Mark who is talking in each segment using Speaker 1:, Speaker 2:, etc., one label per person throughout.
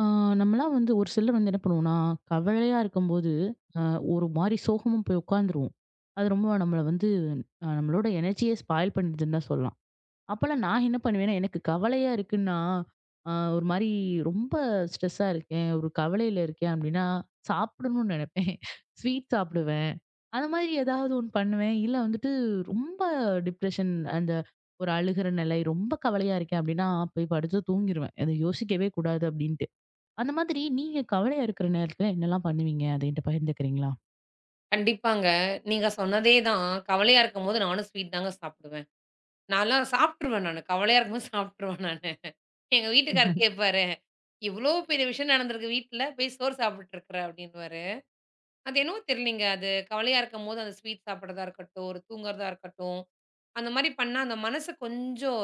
Speaker 1: ஆ, நம்மலாம் வந்து ஒரு சிலர் வந்து என்ன பண்ணுவோம்னா, கவலையா இருக்கும்போது, அ ஒரு மாரி சோகமா போய் உட்காந்துருவோம். அது ரொம்ப நம்மள வந்து நம்மளோட எனர்ஜியே ஸ்பாயில் பண்ணிடுதுன்னு தான் சொல்லலாம். அப்பலாம் நான் என்ன பண்ணுவேன்னா, எனக்கு கவலையா இருக்குன்னா, ஒரு மாரி ரொம்ப ஸ்ட்ரெஸ்ஸா இருக்கேன், ஒரு கவலையில இருக்கேன் அப்படின்னா, சாப்பிடணும்னு நெனைப்பேன். ஸ்வீட் சாப்பிடுவேன். அந்த மாதிரி ஏதாவது ஒண்ணு பண்ணுவேன். இல்ல வந்துட்டு ரொம்ப டிப்ரஷன் அந்த ஒரு அழுகிற நிலை, ரொம்ப கவலையா இருக்கேன் அப்படின்னா, போய் படுத்து தூங்கிருவேன். அத யோசிக்கவே கூடாது அப்படின்ட்டு. அந்த மாதிரி நீங்க கவலையா இருக்கிற நேரத்துல என்னெல்லாம் பண்ணுவீங்க? அத என்ட்ட பகிர்ந்துக்கிறீங்களா?
Speaker 2: கண்டிப்பாங்க. நீங்க சொன்னதே தான். கவலையா இருக்கும்போது நானும் ஸ்வீட் தாங்க சாப்பிடுவேன். நான்லாம் சாப்ட்டுருவேன் நானு. கவலையா இருக்கும்போது சாப்ட்டுருவேன் நானு. எங்க வீட்டுக்காரரு கேட்பாரு, "இவ்ளோ பெரிய விஷயம் நடந்திருக்கு வீட்ல, போய் சோறு சாப்பிட்டுட்டு இருக்கிற" அப்டின்னுவாரு. அது என்னவோ தெரியலங்க. அது கவலையா இருக்கும்போது அந்த ஸ்வீட் சாப்பிடுறதா இருக்கட்டும், ஒரு தூங்குறதா இருக்கட்டும், அந்த மாரி பண்ணா அந்த மனசு கொஞ்சம்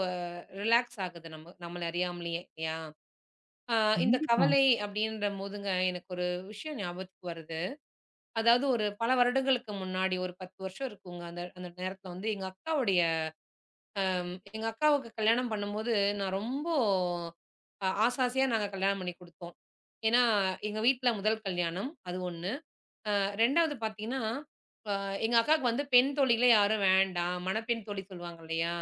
Speaker 2: ரிலாக்ஸ் ஆகுது நம்மள அறியாமலேயே இல்லையா? அ இந்த
Speaker 1: கண்டிப்பா.
Speaker 2: கவலை அப்டின்றபோதுங்க எனக்கு ஒரு விஷயம் ஞாபகத்துக்கு வருது. அதாவது ஒரு பல வருடங்களுக்கு முன்னாடி ஒரு 10 வருஷம் இருக்குங்க. அந்த அந்த நேரத்துல வந்து எங்க அக்காவுடைய எங்க அக்காவுக்கு கல்யாணம் பண்ணும்போது, நான் ரொம்ப ஆசை ஆசையா நாங்க கல்யாணம் பண்ணி குடுத்தோம். ஏன்னா, எங்க வீட்ல முதல் கல்யாணம் அது 1. 2வது பார்த்தீங்கன்னா, அ எங்க அக்காவுக்கு வந்து பெண் தோழிகளே யாரும் வேண்டாம். மணப்பெண் தோழி சொல்லுவாங்க இல்லையா?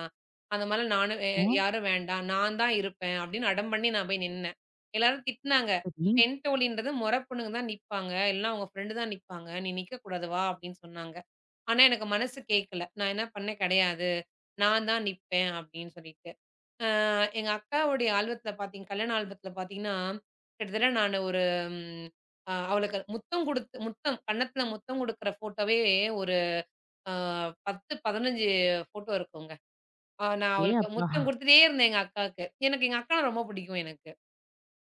Speaker 2: அந்த மாரிலாம் நானும்
Speaker 1: ஆ,
Speaker 2: யாரும் வேண்டாம். நான் தான் இருப்பேன் அப்படின்னு அடம் பண்ணி நான் போய் நின்னேன். எல்லாரும் திட்டுனாங்க.
Speaker 1: சரி.
Speaker 2: பெண் தோழின்றது மொற பொண்ணுங்க தான் நிப்பாங்க. இல்லன்னா உங்க ஃப்ரெண்டு தான் நிப்பாங்க. நீ நிக்கக்கூடாது வா அப்படின்னு சொன்னாங்க. ஆனா எனக்கு மனசு கேட்கல. நான் என்ன பண்ணேன், கிடையாது. நான் தான் நிப்பேன் அப்படின்னு சொல்லிட்டு. அ எங்க அக்காவுடைய ஆல்பத்தில பார்த்தீங்க கல்யாண ஆல்பத்தில பார்த்தீங்கன்னா, கிட்டத்தட்ட நானு ஒரு ம் அவளுக்கு முத்தம் குடுத்து முத்தம் கன்னத்தில முத்தம் குடுக்குற ஃபோட்டோவே ஒரு அ 10, 15 ஃபோட்டோ இருக்குங்க. நான்
Speaker 1: ஏ
Speaker 2: அவளுக்கு
Speaker 1: அப்பா!
Speaker 2: முத்தம் குடுத்துட்டே இருந்தேன் எங்க அக்காவுக்கு. எனக்கு எங்க அக்கானா ரொம்ப பிடிக்கும் எனக்கு.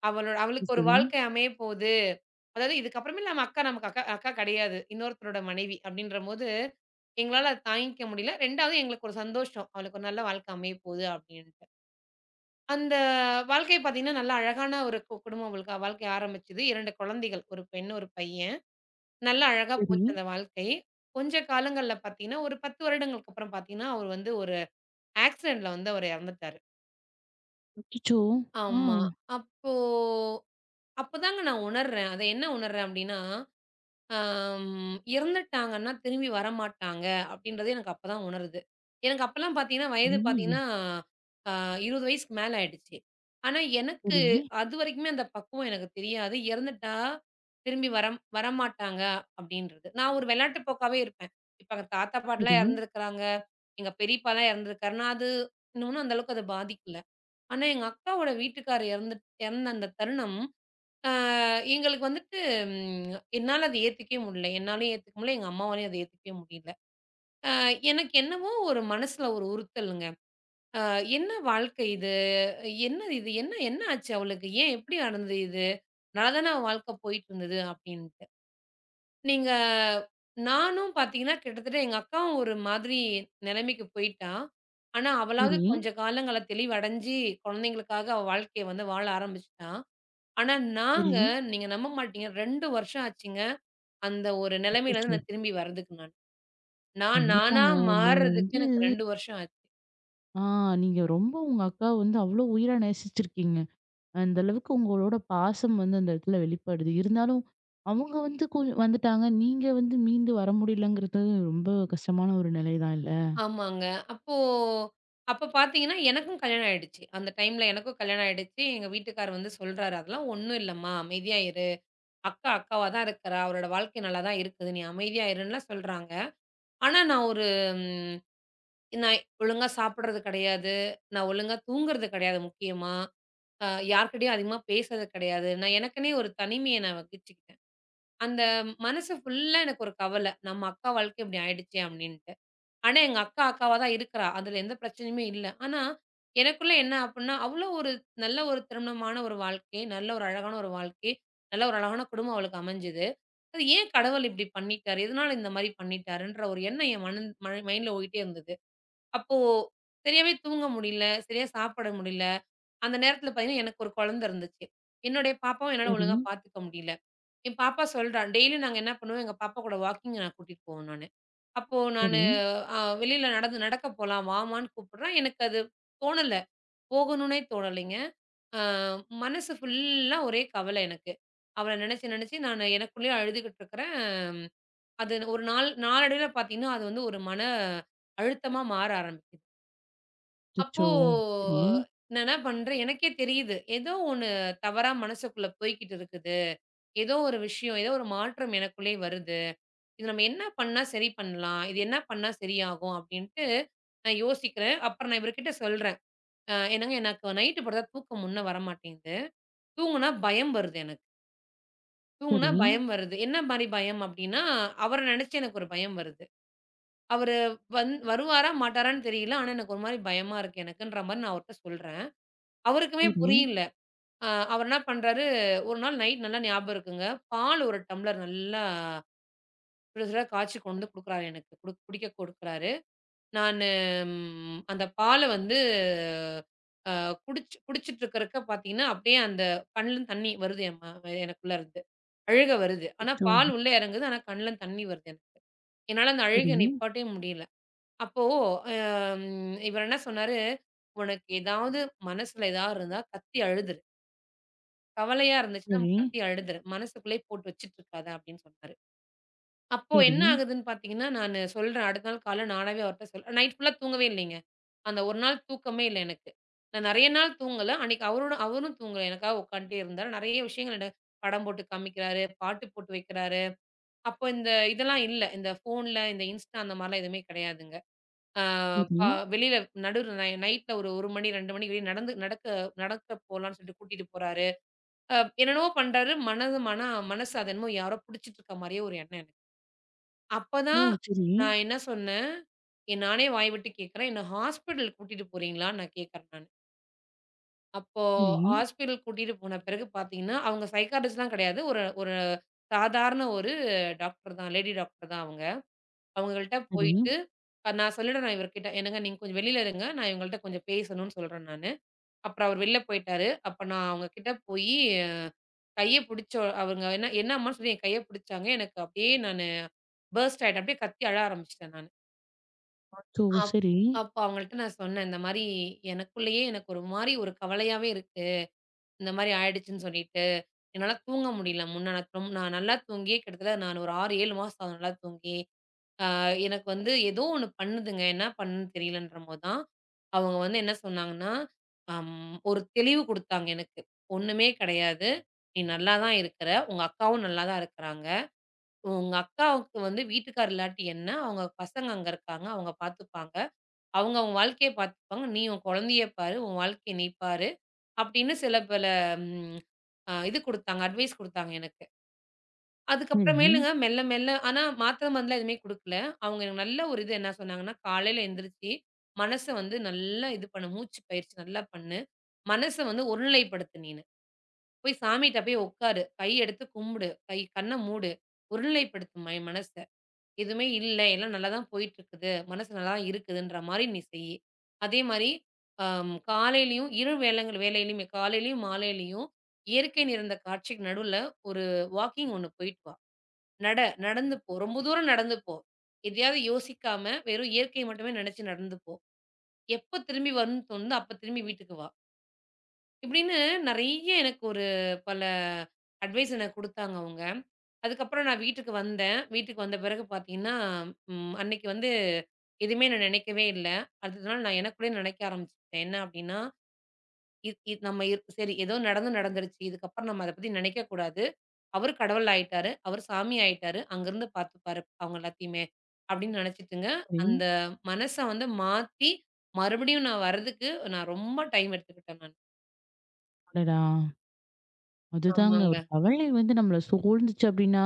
Speaker 2: அவளோட அவளுக்கு ஒரு
Speaker 1: சரி,
Speaker 2: வாழ்க்கை அமைய போகுது. அதாவது இதுக்கப்புறமேல் நம்ம அக்கா நமக்கு அக்கா அக்கா கிடையாது. இன்னொருத்தரோட மனைவி அப்படின்றபோது, எங்களால அத தாங்கிக்க முடியல. 2வது எங்களுக்கு ஒரு சந்தோஷம். அவளுக்கு ஒரு நல்ல வாழ்க்கை அமைய போகுது அப்படின்னு. அந்த வாழ்க்கை பார்த்தீங்கன்னா, நல்ல அழகான ஒரு குடும்பம் அவளுக்கு வாழ்க்கை ஆரம்பிச்சது. 2 குழந்தைகள். ஒரு பெண், ஒரு பையன். நல்ல அழகா
Speaker 1: சரி, சரி.
Speaker 2: போச்சு அந்த வாழ்க்கை. கொஞ்ச காலங்கள்ல பார்த்தீங்கன்னா, ஒரு 10 வருடங்களுக்கு அப்புறம் பார்த்தீங்கன்னா, அவர் வந்து ஒரு ஆக்சிடென்ட்ல வந்து அவர் இறந்துட்டாரு.
Speaker 1: அச்சச்சோ! ஆ.
Speaker 2: ஆமா. அப்போ அப்பதாங்க நான் உணர்றேன். அத என்ன உணர்றேன் அப்டின்னா அம் இறந்துட்டாங்கன்னா, திரும்பி வரமாட்டாங்க அப்படின்றது எனக்கு அப்பதான் உணருது. எனக்கு அப்பலாம் பார்த்தீங்கன்னா, வயது
Speaker 1: ஐயய்யோ!
Speaker 2: பார்த்தீங்கன்னா, அ 20 வயசுக்கு மேல ஆயிடுச்சு. ஆனா, எனக்கு
Speaker 1: சரி,
Speaker 2: அதுவரைக்குமே அந்த பக்குவம் எனக்கு தெரியாது. இறந்துட்டா திரும்பி வரமாட்டாங்க அப்படின்றது. நான் ஒரு விளையாட்டு போக்காவே இருப்பேன். இப்ப எங்க தாத்தா,
Speaker 1: சரி,
Speaker 2: பாட்டிலாம் இறந்துருக்கிறாங்க. எங்க பெரியப்பாலாம் இறந்துருக்காருன்னா, அது இன்னொன்னும் அந்த அளவுக்கு அத பாதிக்கல. ஆனா, எங்க அக்காவோட வீட்டுக்காரர் இறந்த அந்த தருணம் அ எங்களுக்கு வந்துட்டு என்னால அத ஏத்துக்கவே முடியல. என்னாலயும் ஏத்துக்க முடியல. எங்க அம்மாவாலயும் அத ஏத்துக்கவே முடியல. அ எனக்கு என்னவோ ஒரு மனசுல ஒரு உறுத்தலுங்க. அ என்ன வாழ்க்கை இது? என்ன இது? என்ன என்ன ஆச்சு அவளுக்கு? ஏன் இப்படி நடந்தது இது? நல்லா தானே அவ வாழ்க்கை போயிட்டுருந்தது அப்படின்ட்டு. நீங்க நானும் பார்த்தீங்கன்னா, கிட்டத்தட்ட எங்க அக்காவும் ஒரு மாதிரி நிலைமைக்கு போயிட்டா. ஆனா, அவளாவது
Speaker 1: சரி,
Speaker 2: கொஞ்ச காலங்கள்ல தெளிவடைஞ்சு, குழந்தைங்களுக்காக அவ வாழ்க்கைய வந்து வாழ ஆரம்பிச்சுட்டா. ஆனா
Speaker 1: சரி.
Speaker 2: நாங்க நீங்க நம்ப மாட்டீங்க 2 வருஷம் ஆச்சுங்க. அந்த ஒரு நிலைமையிலருந்து
Speaker 1: அச்சச்சோ!
Speaker 2: நான் திரும்பி வரதுக்கு நான். நான் நானா
Speaker 1: கண்டிப்பாங்க. நம்ம
Speaker 2: மாறுறதுக்கு
Speaker 1: வந்து
Speaker 2: எனக்கு 2 வருஷம் ஆச்சு.
Speaker 1: ஆ நீங்க ரொம்ப உங்க அக்காவ வந்து அவ்ளோ உயிரா நேசிச்சிருக்கீங்க. அந்த அளவுக்கு உங்களோட பாசம் வந்து அந்த இடத்துல வெளிப்படுது. இருந்தாலும் அவங்க வந்து வந்துட்டாங்க. நீங்க வந்து மீண்டு வர முடியலங்கிறது ரொம்ப கஷ்டமான ஒரு நிலை தான் இல்ல?
Speaker 2: ஆமாங்க. அப்போ அப்ப பார்த்தீங்கன்னா, எனக்கும் கல்யாணம் ஆயிடுச்சு. அந்த டைம்ல எனக்கும் கல்யாணம் ஆயிடுச்சு. எங்க வீட்டுக்காரர் வந்து சொல்றாரு, "அதெல்லாம் ஒண்ணும் இல்லம்மா. அமைதியா இரு. அக்கா அக்காவா தான் இருக்கிறா. அவளோட வாழ்க்கை நல்லா தான் இருக்குது. நீ அமைதியா இருன்னுலாம்" சொல்றாங்க. ஆனா நான் ஒரு ம் நான் ஒழுங்கா சாப்பிடுறது கிடையாது. நான் ஒழுங்கா தூங்குறது கிடையாது முக்கியமா. அ யார்கிட்டயும் அதிகமா பேசுறது கிடையாது. நான் எனக்குன்னே ஒரு தனிமைய நான் வகிச்சுக்கிட்டேன். அந்த மனசு ஃபுல்லா எனக்கு ஒரு கவல. நம்ம அக்கா வாழ்க்கை இப்படி ஆயிடுச்சே அப்டின்ட்டு. ஆனா எங்க அக்கா அக்காவா தான் இருக்கிறா. அதுல எந்த பிரச்சனையுமே இல்ல. ஆனா எனக்குள்ள என்ன அப்டின்னா, அவ்ளோ ஒரு நல்ல ஒரு திருமணமான ஒரு வாழ்க்கை, நல்ல ஒரு அழகான ஒரு வாழ்க்கை, நல்ல ஒரு அழகான குடும்பம் அவளுக்கு அமைஞ்சது. அது ஏன் கடவுள் இப்படி பண்ணிட்டாரு? எதனால இந்த மாரி பண்ணிட்டாருன்ற ஒரு எண்ணம் என் மனன் ம மைண்ட்ல ஓடிட்டே இருந்தது. அப்போ சரியாவே தூங்க முடியல, சரியா சாப்பிட முடியல. அந்த நேரத்துல பார்த்தீங்கன்னா, எனக்கு ஒரு குழந்தை இருந்துச்சு. என்னுடைய பாப்பாவும் என்னால
Speaker 1: சரி,
Speaker 2: ஒழுங்கா பார்த்துக்க முடியல. என் பாப்பா சொல்றா, டெய்லி நாங்க என்ன பண்ணுவோம், எங்க பாப்பா கூட வாக்கிங் நான் கூட்டிட்டு போவேன் நானு. அப்போ நானு
Speaker 1: சரி.
Speaker 2: வெளியில நடக்க போலாம் வாமான்னு கூப்பிடுறேன். எனக்கு அது தோணல. போகணும்னே தோணலைங்க. அ மனசு ஃபுல்லா ஒரே கவலை எனக்கு. அவள நினைச்சு நினைச்சு நானு எனக்குள்ளேயே அழுதுகிட்டு இருக்கிறேன். அது ஒரு நாள் நாளடைவில பார்த்தீங்கன்னா, அது வந்து ஒரு அழுத்தமா மாற ஆரம்பிக்குது. அப்போ
Speaker 1: அச்சச்சோ! சரி,
Speaker 2: நான் என்ன பண்றேன், எனக்கே தெரியுது. ஏதோ ஒண்ணு தவறா மனசுக்குள்ள போய்க்கிட்டு இருக்குது. ஏதோ ஒரு விஷயம், ஏதோ ஒரு மாற்றம் எனக்குள்ளே வருது. இது நம்ம என்ன பண்ணா சரி பண்ணலாம்? இது என்ன பண்ணா சரியாகும்? அப்படின்ட்டு நான் யோசிக்கிறேன். அப்புறம் நான் இவர்கிட்ட சொல்றேன். "என்னங்க எனக்கு நைட்டு படுத்தா தூக்கம் முன்ன வரமாட்டேங்குது. தூங்குனா பயம் வருது எனக்கு. தூங்குனா
Speaker 1: சரி,
Speaker 2: பயம் வருது." என்ன மாரி பயம் அப்படின்னா, அவர நினைச்சு எனக்கு ஒரு பயம் வருது. அவரு வருவாரா, மாட்டாரான்னு தெரியல. ஆனா எனக்கு ஒரு மாரி பயமா இருக்கு எனக்குன்ற மாரி நான் அவர்ட்ட சொல்றேன். அவருக்குமே
Speaker 1: சரி.
Speaker 2: புரியல. அவர் என்ன பண்றாரு, ஒரு நாள் நைட் நல்லா ஞாபகம் இருக்குங்க. பால் ஒரு டம்ளர் நல்லா சுடசுட காய்ச்சி கொண்டு வந்து குடுக்குறாரு எனக்கு. குடிக்க குடுக்குறாரு. நானு அந்த பால வந்து அ குடிச்சிட்டு இருக்கறக்க பார்த்தீங்கன்னா, அப்படியே அந்த கண்லருந்து தண்ணி வருது என் எனக்குள்ள இருந்து. அழுகை வருது. ஆனா
Speaker 1: அச்சோ!
Speaker 2: பால் உள்ள இறங்குது. ஆனா கண்லருந்து தண்ணி வருது எனக்கு. என்னால அந்த
Speaker 1: சரி,
Speaker 2: அழுகைய நிப்பாட்டவே முடியல. அப்போ அ இவர் என்ன சொன்னாரு, "உனக்கு ஏதாவது மனசுல ஏதாவது இருந்தா கத்தி அழுது." கவலையா இருந்துச்சுன்னா, நம்ம
Speaker 1: சரி,
Speaker 2: கத்தி அழுதுரு. மனசுக்குள்ளேயே போட்டு வச்சுட்டு இருக்காத அப்படின்னு சொன்னாரு. அப்போ
Speaker 1: சரி,
Speaker 2: என்ன ஆகுதுன்னு பார்த்தீங்கன்னா, நானு சொல்றேன். அடுத்த நாள் காலைல நானாவே அவர்ட்ட சொல்றேன். நைட் ஃபுல்லா தூங்கவே இல்லைங்க. அந்த ஒரு நாள் தூக்கமே இல்ல எனக்கு. நான் நெறைய நாள் தூங்கல. அன்னைக்கு அவரோட அவரும் தூங்கல. எனக்காக உட்காந்துட்டே இருந்தாரு. நெறைய விஷயங்கள் படம் போட்டு காமிக்கிறாரு. பாட்டு போட்டு வைக்கிறாரு. அப்போ இந்த இதெல்லாம் இல்ல. இந்த ஃபோன்ல, இந்த இன்ஸ்டா அந்த மாரிலாம் எதுவுமே கெடையாதுங்க. ஆ
Speaker 1: சரி.
Speaker 2: ப வெளியில நடுவுல நைட்ல ஒரு 1 மணி, 2 மணிக்கு வெளிய நடக்க நடக்க போலான்னு சொல்லிட்டு கூட்டிட்டு போறாரு. அ என்னென்னவோ பண்றாரு. மனது மன மனசு அது என்னமோ யாரோ புடிச்சிட்டு இருக்க மாரியே ஒரு எண்ணம் எனக்கு.
Speaker 1: ஓ!
Speaker 2: அப்பதான்
Speaker 1: சரி,
Speaker 2: நான் என்ன சொன்னேன், நானே வாய் விட்டு கேட்கிறேன். என்ன ஹாஸ்பிட்டல் கூட்டிட்டு போறீங்களான்னு நான் கேட்கிறேன் நானு. அப்போ
Speaker 1: சரி,
Speaker 2: ஹாஸ்பிட்டல் கூட்டிட்டு போன பிறகு பார்த்தீங்கன்னா, அவங்க சைக்காட்ரிஸ்ட்லாம் கிடையாது. ஒரு ஒரு சாதாரண ஒரு டாக்டர் தான். லேடி டாக்டர் தான் அவங்க. அவங்கள்ட்ட
Speaker 1: சரி.
Speaker 2: போயிட்டு நான் சொல்லிட்டேன் நான் இவர்கிட்ட, "என்னங்க நீங்க கொஞ்சம் வெளியில இருங்க. நான் இவங்கள்ட்ட கொஞ்சம் பேசணும்னு" சொல்றேன் நானு. அப்புறம் அவர் வெளில போயிட்டாரு. அப்ப நான் அவங்க கிட்ட போயி கைய பிடிச்சோ அவங்க என்ன என்னம்மான்னு சொல்லி என் கைய பிடிச்சாங்க. எனக்கு அப்படியே நானு பர்ஸ்ட் ஆயிட்டேன். அப்படியே கத்தி அழ ஆரம்பிச்சுட்டேன் நானு.
Speaker 1: அச்சோ!
Speaker 2: அப்
Speaker 1: சரி,
Speaker 2: அப்போ அவங்கள்ட்ட நான் சொன்னேன், "இந்த மாரி எனக்குள்ளேயே எனக்கு ஒரு மாரி ஒரு கவலையாவே இருக்கு. இந்த மாரி ஆயிடுச்சுன்னு சொல்லிட்டு. என்னால தூங்க முடியல முன்ன. நான் நல்லா தூங்கியே கிட்டத்தட்ட நான் ஒரு 6, 7 மாசம் ஆகுது நல்லா தூங்கி. அ எனக்கு வந்து ஏதோ ஒண்ணு பண்ணுதுங்க. என்ன பண்ணுன்னு தெரியலன்றம்போது தான்" அவங்க வந்து என்ன சொன்னாங்கன்னா, ஒரு தெளிவு குடுத்தாங்க எனக்கு. "ஒண்ணுமே கிடையாது. நீ நல்லா தான் இருக்கிற. உங்க அக்காவும் நல்லா தான் இருக்கிறாங்க." உங்க அக்காவுக்கு வந்து வீட்டுக்காரர் இல்லாட்டி என்ன? அவங்க பசங்க அங்க இருக்காங்க. அவங்க பார்த்துப்பாங்க. அவங்க அவங்க வாழ்க்கைய பார்த்துப்பாங்க. நீ உன் குழந்தைய பாரு. உன் வாழ்க்கைய நீ பாரு. அப்படின்னு சில பல ம் இது குடுத்தாங்க. அட்வைஸ் குடுத்தாங்க எனக்கு.
Speaker 1: சரி,
Speaker 2: அதுக்கப்புறமேலுங்க மெல்ல மெல்ல ஆனா மாத்திரை மருந்துலாம் எதுவுமே குடுக்கல. அவங்க எனக்கு நல்ல ஒரு இது என்ன சொன்னாங்கன்னா, "காலையில எந்திரிச்சு மனச வந்து நல்லா இது பண்ணு. மூச்சு பயிற்சி நல்லா பண்ணு. மனச வந்து ஒருநிலைப்படுத்து நீனு. போய் சாமிட்ட போய் உட்காரு. கை எடுத்து கும்பிடு. கண்ண மூடு. ஒருநிலைப்படுத்தும்மா என் மனச." எதுவுமே இல்ல. எல்லாம் நல்லா தான் போயிட்டுருக்குது. மனசு நல்லா தான் இருக்குதுன்ற மாரி நீ செய்யி. அதே மாரி காலையிலயும் இரு வேளங்கள் வேலையிலயுமே காலையிலயும், மாலையிலயும் இயற்கை நிறைந்த காட்சிக்கு நடுவுல ஒரு வாக்கிங் ஒண்ணு போயிட்டு வா. நட நடந்து போ. ரொம்ப தூரம் நடந்து போ. எதையாவது யோசிக்காம வெறும் இயற்கையை மட்டுமே நினைச்சு நடந்து போ. எப்ப திரும்பி வரும்னு தோணுதோ, அப்ப திரும்பி வீட்டுக்கு வா. இப்படின்னு நெறைய எனக்கு ஒரு பல அட்வைஸ் எனக்கு குடுத்தாங்க அவங்க. அதுக்கப்புறம் நான் வீட்டுக்கு வந்தேன். வீட்டுக்கு வந்த பிறகு பார்த்தீங்கன்னா, அன்னைக்கு வந்து எதுவுமே நான் நினைக்கவே இல்ல. அடுத்த நாள் நான் எனக்குள்ளேயே நினைக்க ஆரம்பிச்சுட்டேன். என்ன அப்படின்னா, "இத் இத் நம்ம இ சரி ஏதோ நடந்துருச்சு. இதுக்கப்புறம் நம்ம அத பத்தி நினைக்கக் கூடாது. அவரு கடவுள் ஆயிட்டாரு. அவரு சாமி ஆயிட்டாரு. அங்கிருந்து பார்த்துப்பாரு அவங்க எல்லாத்தையுமே." அப்படின்னு நினைச்சுட்டுங்க,
Speaker 1: சரி.
Speaker 2: அந்த மனச வந்து மறுபடியும் நான் வர்றதுக்கு நான் ரொம்ப டைம் எடுத்துக்கிட்டேன் நான்.
Speaker 1: அடடா! அதுதாங்க
Speaker 2: ஆமாங்க.
Speaker 1: ஒரு கவலை வந்து நம்மள சூழ்ந்துச்சு அப்டின்னா,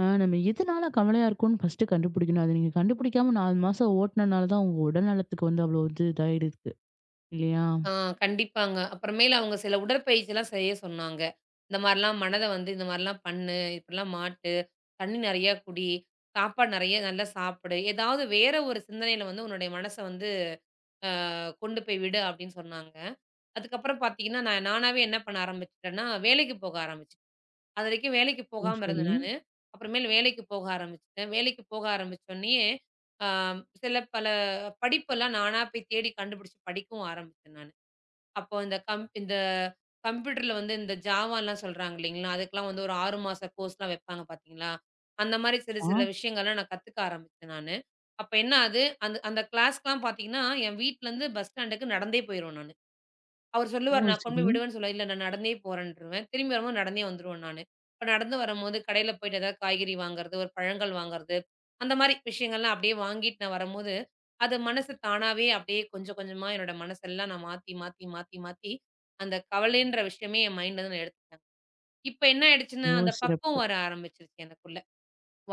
Speaker 1: நம்ம எதனால கவலையா இருக்கோம்னு ஃபர்ஸ்ட்டு கண்டுபிடிக்கணும். அத நீங்க கண்டுபிடிக்காம 4 மாசம் ஓட்டுனனால தான் உங்க உடல் நலத்துக்கு வந்து அவ்ளோ இது இதாயிருக்கு இல்லையா?
Speaker 2: ஆ கண்டிப்பாங்க. அப்புறமேலு அவங்க சில உடற்பயிற்சிலாம் செய்ய சொன்னாங்க. இந்த மாரிலாம் மனத வந்து இந்த மாரிலாம் பண்ணு, இப்படிலாம் மாட்டு, தண்ணி நெறையா குடி, சாப்பாடு நெறைய நல்லா சாப்பிடு. ஏதாவது வேற ஒரு சிந்தனையில வந்து உன்னுடைய மனச வந்து அ கொண்டு போய் விடு அப்படின்னு சொன்னாங்க. அதுக்கப்புறம் பார்த்தீங்கன்னா, நான் நானாவே என்ன பண்ண ஆரம்பிச்சுட்டேன்னா, வேலைக்கு போக ஆரம்பிச்சுட்டேன். அதுவரைக்கும் வேலைக்கு
Speaker 1: ஓ!
Speaker 2: போகாம
Speaker 1: சரி.
Speaker 2: இருந்தேன் நானு. அப்புறமேலு வேலைக்கு போக ஆரம்பிச்சுட்டேன். வேலைக்கு போக ஆரம்பிச்சோனயே, ஆ சில பல படிப்பெல்லாம் நானா போய் தேடி கண்டுபிடிச்சு படிக்கவும் ஆரம்பிச்சேன் நானு. அப்போ இந்த கம்ப்யூட்டர்ல வந்து இந்த ஜாவாலாம் சொல்றாங்க இல்லைங்களா? அதுக்கெல்லாம் வந்து ஒரு 6 மாச கோர்ஸ்லாம் வைப்பாங்க பார்த்தீங்களா? அந்த மாரி சில
Speaker 1: ஆ.
Speaker 2: சில விஷயங்கள்லாம் நான் கத்துக்க ஆரம்பிச்சேன் நானு. அப்ப என்ன ஆது, அந்த அந்த கிளாஸ்க்குலாம் பார்த்தீங்கன்னா, என் வீட்லருந்து பஸ் ஸ்டாண்டுக்கு நடந்தே போயிருவேன் நானு. அவரு சொல்லுவாரு,
Speaker 1: ஓ!
Speaker 2: நான் கொண்டு போய்
Speaker 1: சரி.
Speaker 2: விடுவேன்னு சொல்லுவாரு. இல்ல நான் நடந்தே போறேன்ருவேன். திரும்பி வரும்போது நடந்தே வந்துருவேன் நானு. இப்ப நடந்து வரும்போது கடையில போயிட்டு ஏதாவது காய்கறி வாங்குறது, ஒரு பழங்கள் வாங்குறது, அந்த மாரி விஷயங்கள்லாம் அப்படியே வாங்கிட்டு நான் வரும்போது, அது மனசு தானாவே அப்படியே கொஞ்சம் கொஞ்சமா என்னோட மனசெல்லாம் நான் மாத்தி, மாத்தி, மாத்தி, மாத்தி அந்த கவலைன்ற விஷயமே என் மைண்ட்லருந்து நான் எடுத்துட்டேன். இப்ப என்ன ஆயிடுச்சுன்னா,
Speaker 1: ஓ!
Speaker 2: அந்த
Speaker 1: சிறப்பு.
Speaker 2: பக்குவம் வர ஆரம்பிச்சுருச்சு எனக்குள்ள.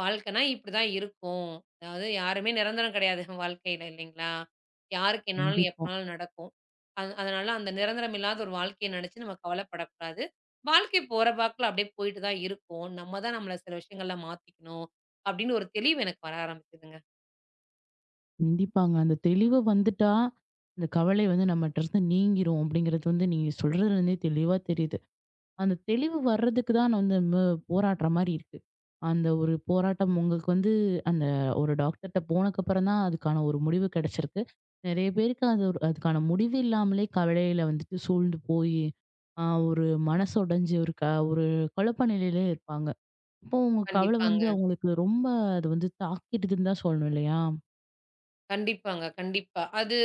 Speaker 2: வாழ்க்கைனா இப்படிதான் இருக்கும். அதாவது யாருமே நிரந்தரம் கிடையாது வாழ்க்கையில இல்லைங்களா? யாருக்கு என்னாலும்
Speaker 1: கண்டிப்பா.
Speaker 2: எப்பனாலும் நடக்கும். அது அதனால அந்த நிரந்தரம் இல்லாத ஒரு வாழ்க்கைய நினைச்சு நம்ம கவலைப்படக்கூடாது. வாழ்க்கை போற போக்குல அப்படியே போயிட்டு தான் இருக்கும். நம்ம தான் நம்மள சில விஷயங்கள்ல மாத்திக்கணும் அப்படின்னு ஒரு தெளிவு எனக்கு வர ஆரம்பிச்சதுங்க.
Speaker 1: கண்டிப்பாங்க. அந்த தெளிவு வந்துட்டா, இந்த கவலை வந்து நம்மட்டருந்து நீங்கிரும் அப்படிங்கிறது வந்து நீங்க சொல்றதுலருந்தே தெளிவா தெரியுது. அந்த தெளிவு வர்றதுக்கு தான் நான் வந்து போராடுற மாரி இருக்கு. அந்த ஒரு போராட்டம் உங்களுக்கு வந்து அந்த ஒரு டாக்டர்ட்ட போனதுக்கப்புறம் தான் அதுக்கான ஒரு முடிவு கிடைச்சிருக்கு. நெறைய பேருக்கு அது ஒரு அதுக்கான முடிவு இல்லாமலே கவலையில வந்துட்டு சூழ்ந்து போயி, ஒரு மனசு உடைஞ்சு ஒரு குழப்ப நிலையிலே இருப்பாங்க. அப்போ உங்க கவலை
Speaker 2: கண்டிப்பாங்க.
Speaker 1: வந்து அவங்களுக்கு ரொம்ப அது வந்து தாக்கிடுதுன்னு தான் சொல்லணும் இல்லையா?
Speaker 2: கண்டிப்பாங்க. கண்டிப்பா. அது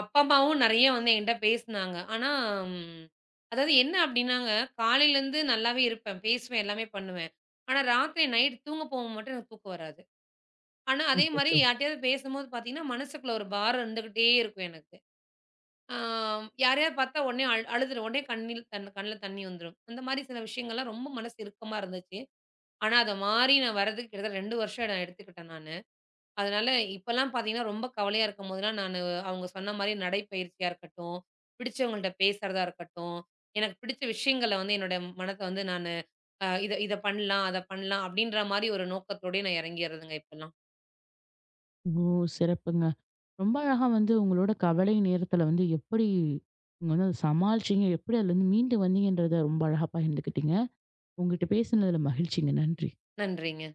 Speaker 2: அப்பா, அம்மாவும் நெறைய வந்து என்கிட்ட பேசுனாங்க. ஆனா, ம் அதாவது என்ன அப்டின்னாங்க, காலையிலேருந்து நல்லாவே இருப்பேன். பேசுவேன், எல்லாமே பண்ணுவேன். ஆனா, ராத்திரி நைட் தூங்க போகும்போது மட்டும் எனக்கு தூக்கம் வராது. ஆனா, அதே மாரி
Speaker 1: அச்சச்சோ!
Speaker 2: யார்ட்டயாவது பேசும்போது பார்த்தீங்கன்னா, மனசுக்குள்ள ஒரு பாரம் இருந்துகிட்டே இருக்கும் எனக்கு. ஆ யாரையாவது பார்த்தா உடனே அழுதுருவேன். உடனே கண்ணில் கண் கண்ணுல தண்ணி வந்துரும். அந்த மாரி சில விஷயங்கள்லாம் ரொம்ப மனசு இறுக்கமா இருந்துச்சு. ஆனா, அத மாரி நான் வரதுக்கு கிட்டத்தட்ட 2 வருஷம் நான் எடுத்துக்கிட்டேன் நானு. அதனால இப்பலாம் பார்த்தீங்கன்னா, ரொம்ப கவலையா இருக்கும்போதெல்லாம் நானு அவங்க சொன்ன மாரி நடைப்பயிற்சியா இருக்கட்டும், பிடிச்சவங்கள்ட்ட பேசுறதா இருக்கட்டும், எனக்கு பிடிச்ச விஷயங்கள வந்து என்னோட மனத்த வந்து நானு இத இத பண்ணலாம், அத பண்ணலாம் அப்டின்ற மாரி ஒரு நோக்கத்தோடயே நான் இறங்கிறதுங்க இப்பலாம்.
Speaker 1: ஓ! சிறப்புங்க. ரொம்ப அழகா வந்து உங்களோட கவலை நேரத்துல வந்து எப்படி நீங்க வந்து அத சமாளிச்சீங்க? எப்படி அதுலருந்து மீண்டு வந்தீங்கன்றத ரொம்ப அழகா பகிர்ந்துக்கிட்டீங்க. உங்ககிட்ட பேசினதுல மகிழ்ச்சிங்க. நன்றி.
Speaker 2: நன்றிங்க.